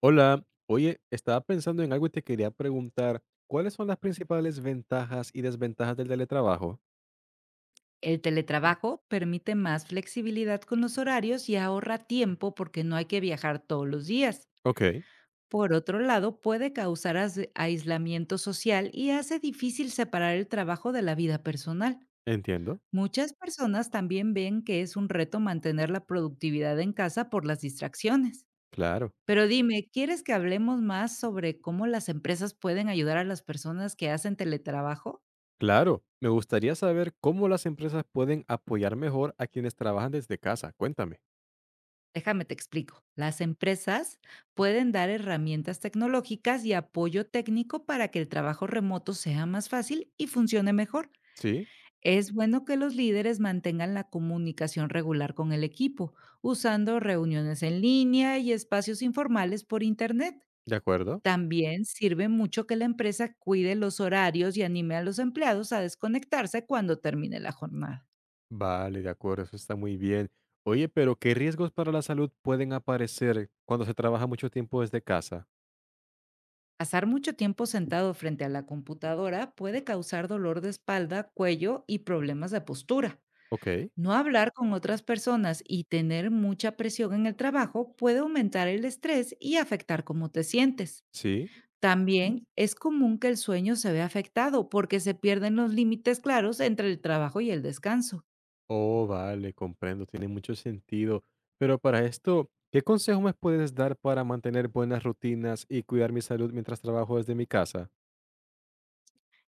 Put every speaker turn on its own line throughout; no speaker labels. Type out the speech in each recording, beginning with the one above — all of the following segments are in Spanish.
Hola, oye, estaba pensando en algo y te quería preguntar, ¿cuáles son las principales ventajas y desventajas del teletrabajo?
El teletrabajo permite más flexibilidad con los horarios y ahorra tiempo porque no hay que viajar todos los días.
Ok,
Por otro lado, puede causar aislamiento social y hace difícil separar el trabajo de la vida personal.
entiendo.
Muchas personas también ven que es un reto mantener la productividad en casa por las distracciones.
Claro,
Pero dime, ¿quieres que hablemos más sobre cómo las empresas pueden ayudar a las personas que hacen teletrabajo?
claro. Me gustaría saber cómo las empresas pueden apoyar mejor a quienes trabajan desde casa. Cuéntame.
Déjame te explico. Las empresas pueden dar herramientas tecnológicas y apoyo técnico para que el trabajo remoto sea más fácil y funcione mejor.
Sí,
Es bueno que los líderes mantengan la comunicación regular con el equipo, usando reuniones en línea y espacios informales por Internet.
de acuerdo.
También sirve mucho que la empresa cuide los horarios y anime a los empleados a desconectarse cuando termine la jornada.
Vale, de acuerdo, eso está muy bien. Oye, pero ¿qué riesgos para la salud pueden aparecer cuando se trabaja mucho tiempo desde casa?
Pasar mucho tiempo sentado frente a la computadora puede causar dolor de espalda, cuello y problemas de postura.
Ok,
No hablar con otras personas y tener mucha presión en el trabajo puede aumentar el estrés y afectar cómo te sientes.
sí.
También es común que el sueño se vea afectado porque se pierden los límites claros entre el trabajo y el descanso.
Oh, vale, comprendo, tiene mucho sentido. Pero para esto, ¿qué consejo me puedes dar para mantener buenas rutinas y cuidar mi salud mientras trabajo desde mi casa?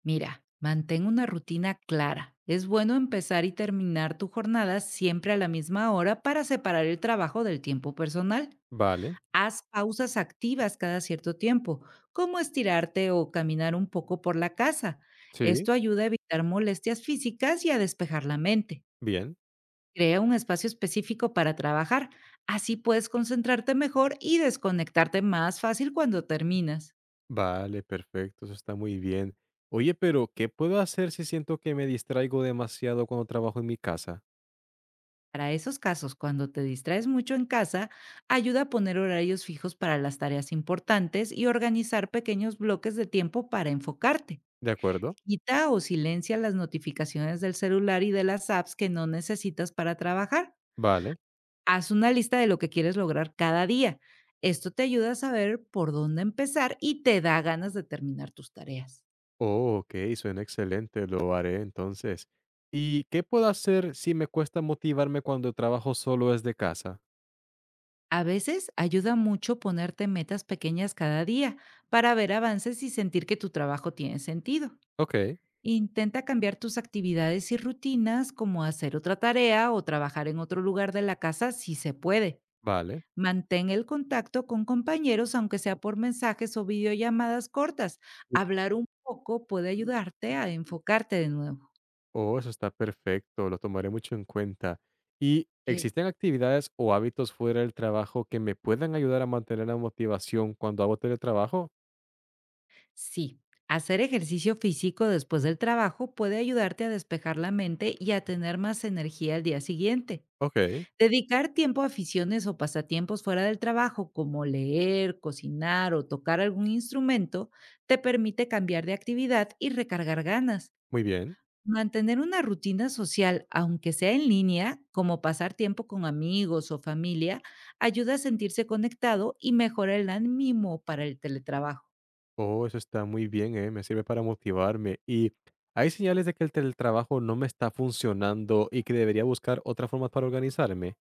Mira, mantén una rutina clara. Es bueno empezar y terminar tu jornada siempre a la misma hora para separar el trabajo del tiempo personal.
Vale,
Haz pausas activas cada cierto tiempo, como estirarte o caminar un poco por la casa.
sí.
Esto ayuda a evitar molestias físicas y a despejar la mente.
Bien,
Crea un espacio específico para trabajar, así puedes concentrarte mejor y desconectarte más fácil cuando terminas.
vale, perfecto, eso está muy bien. Oye, pero ¿qué puedo hacer si siento que me distraigo demasiado cuando trabajo en mi casa?
Para esos casos, cuando te distraes mucho en casa, ayuda a poner horarios fijos para las tareas importantes y organizar pequeños bloques de tiempo para enfocarte.
¿De acuerdo?
Quita o silencia las notificaciones del celular y de las apps que no necesitas para trabajar.
Vale.
Haz una lista de lo que quieres lograr cada día. Esto te ayuda a saber por dónde empezar y te da ganas de terminar tus tareas.
Oh, ok, suena excelente, lo haré entonces. ¿Y qué puedo hacer si me cuesta motivarme cuando trabajo solo desde casa?
A veces ayuda mucho ponerte metas pequeñas cada día para ver avances y sentir que tu trabajo tiene sentido.
Ok.
Intenta cambiar tus actividades y rutinas como hacer otra tarea o trabajar en otro lugar de la casa si se puede.
Vale.
Mantén el contacto con compañeros, aunque sea por mensajes o videollamadas cortas. Hablar un poco puede ayudarte a enfocarte de nuevo.
Oh, eso está perfecto, lo tomaré mucho en cuenta. ¿Y
Ok.
existen actividades o hábitos fuera del trabajo que me puedan ayudar a mantener la motivación cuando hago teletrabajo?
Sí, hacer ejercicio físico después del trabajo puede ayudarte a despejar la mente y a tener más energía al día siguiente.
Ok,
Dedicar tiempo a aficiones o pasatiempos fuera del trabajo, como leer, cocinar o tocar algún instrumento, te permite cambiar de actividad y recargar ganas.
muy bien.
Mantener una rutina social, aunque sea en línea, como pasar tiempo con amigos o familia, ayuda a sentirse conectado y mejora el ánimo para el teletrabajo.
Oh, eso está muy bien, ¿eh? Me sirve para motivarme. ¿Y hay señales de que el teletrabajo no me está funcionando y que debería buscar otras formas para organizarme?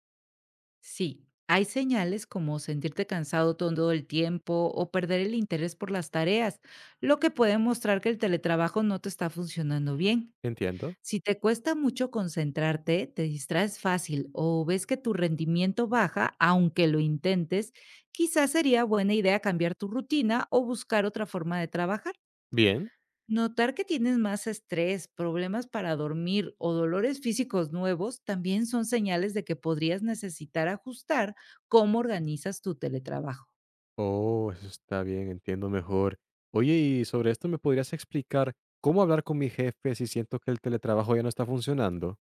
Sí, hay señales como sentirte cansado todo el tiempo o perder el interés por las tareas, lo que puede mostrar que el teletrabajo no te está funcionando bien.
Entiendo.
Si te cuesta mucho concentrarte, te distraes fácil o ves que tu rendimiento baja, aunque lo intentes, quizás sería buena idea cambiar tu rutina o buscar otra forma de trabajar.
Bien.
Notar que tienes más estrés, problemas para dormir o dolores físicos nuevos también son señales de que podrías necesitar ajustar cómo organizas tu teletrabajo.
Oh, eso está bien, entiendo mejor. Oye, y sobre esto me podrías explicar, ¿cómo hablar con mi jefe si siento que el teletrabajo ya no está funcionando?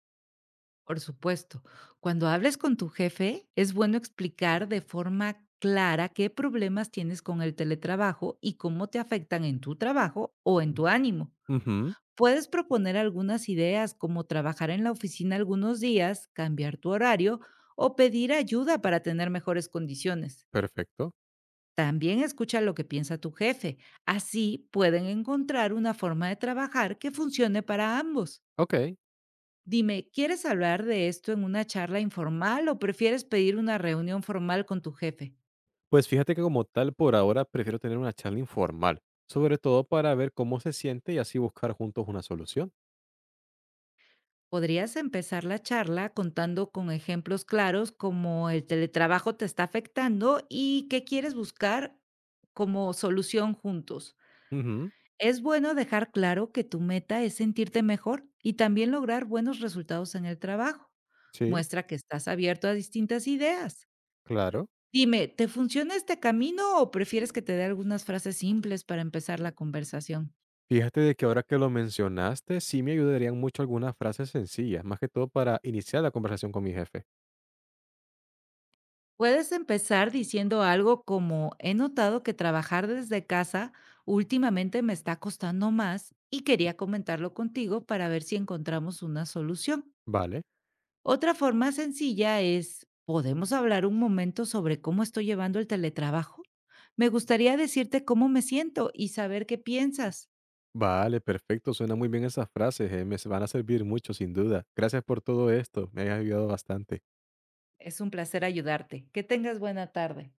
Por supuesto, cuando hables con tu jefe, es bueno explicar de forma clara qué problemas tienes con el teletrabajo y cómo te afectan en tu trabajo o en tu ánimo.
Ujú,
Puedes proponer algunas ideas como trabajar en la oficina algunos días, cambiar tu horario o pedir ayuda para tener mejores condiciones.
perfecto.
También escucha lo que piensa tu jefe. Así pueden encontrar una forma de trabajar que funcione para ambos.
Ok.
Dime, ¿quieres hablar de esto en una charla informal o prefieres pedir una reunión formal con tu jefe?
Pues fíjate que como tal, por ahora prefiero tener una charla informal, sobre todo para ver cómo se siente y así buscar juntos una solución.
Podrías empezar la charla contando con ejemplos claros como el teletrabajo te está afectando y qué quieres buscar como solución juntos.
Ujú,
Es bueno dejar claro que tu meta es sentirte mejor y también lograr buenos resultados en el trabajo.
sí,
Muestra que estás abierto a distintas ideas.
claro.
Dime, ¿te funciona este camino o prefieres que te dé algunas frases simples para empezar la conversación?
Fíjate de que ahora que lo mencionaste, sí me ayudarían mucho algunas frases sencillas, más que todo para iniciar la conversación con mi jefe.
Puedes empezar diciendo algo como, he notado que trabajar desde casa últimamente me está costando más y quería comentarlo contigo para ver si encontramos una solución.
Vale.
Otra forma sencilla es, ¿podemos hablar un momento sobre cómo estoy llevando el teletrabajo? Me gustaría decirte cómo me siento y saber qué piensas.
Vale, perfecto. Suena muy bien esas frases, van a servir mucho, sin duda. Gracias por todo esto. Me has ayudado bastante.
Es un placer ayudarte. Que tengas buena tarde.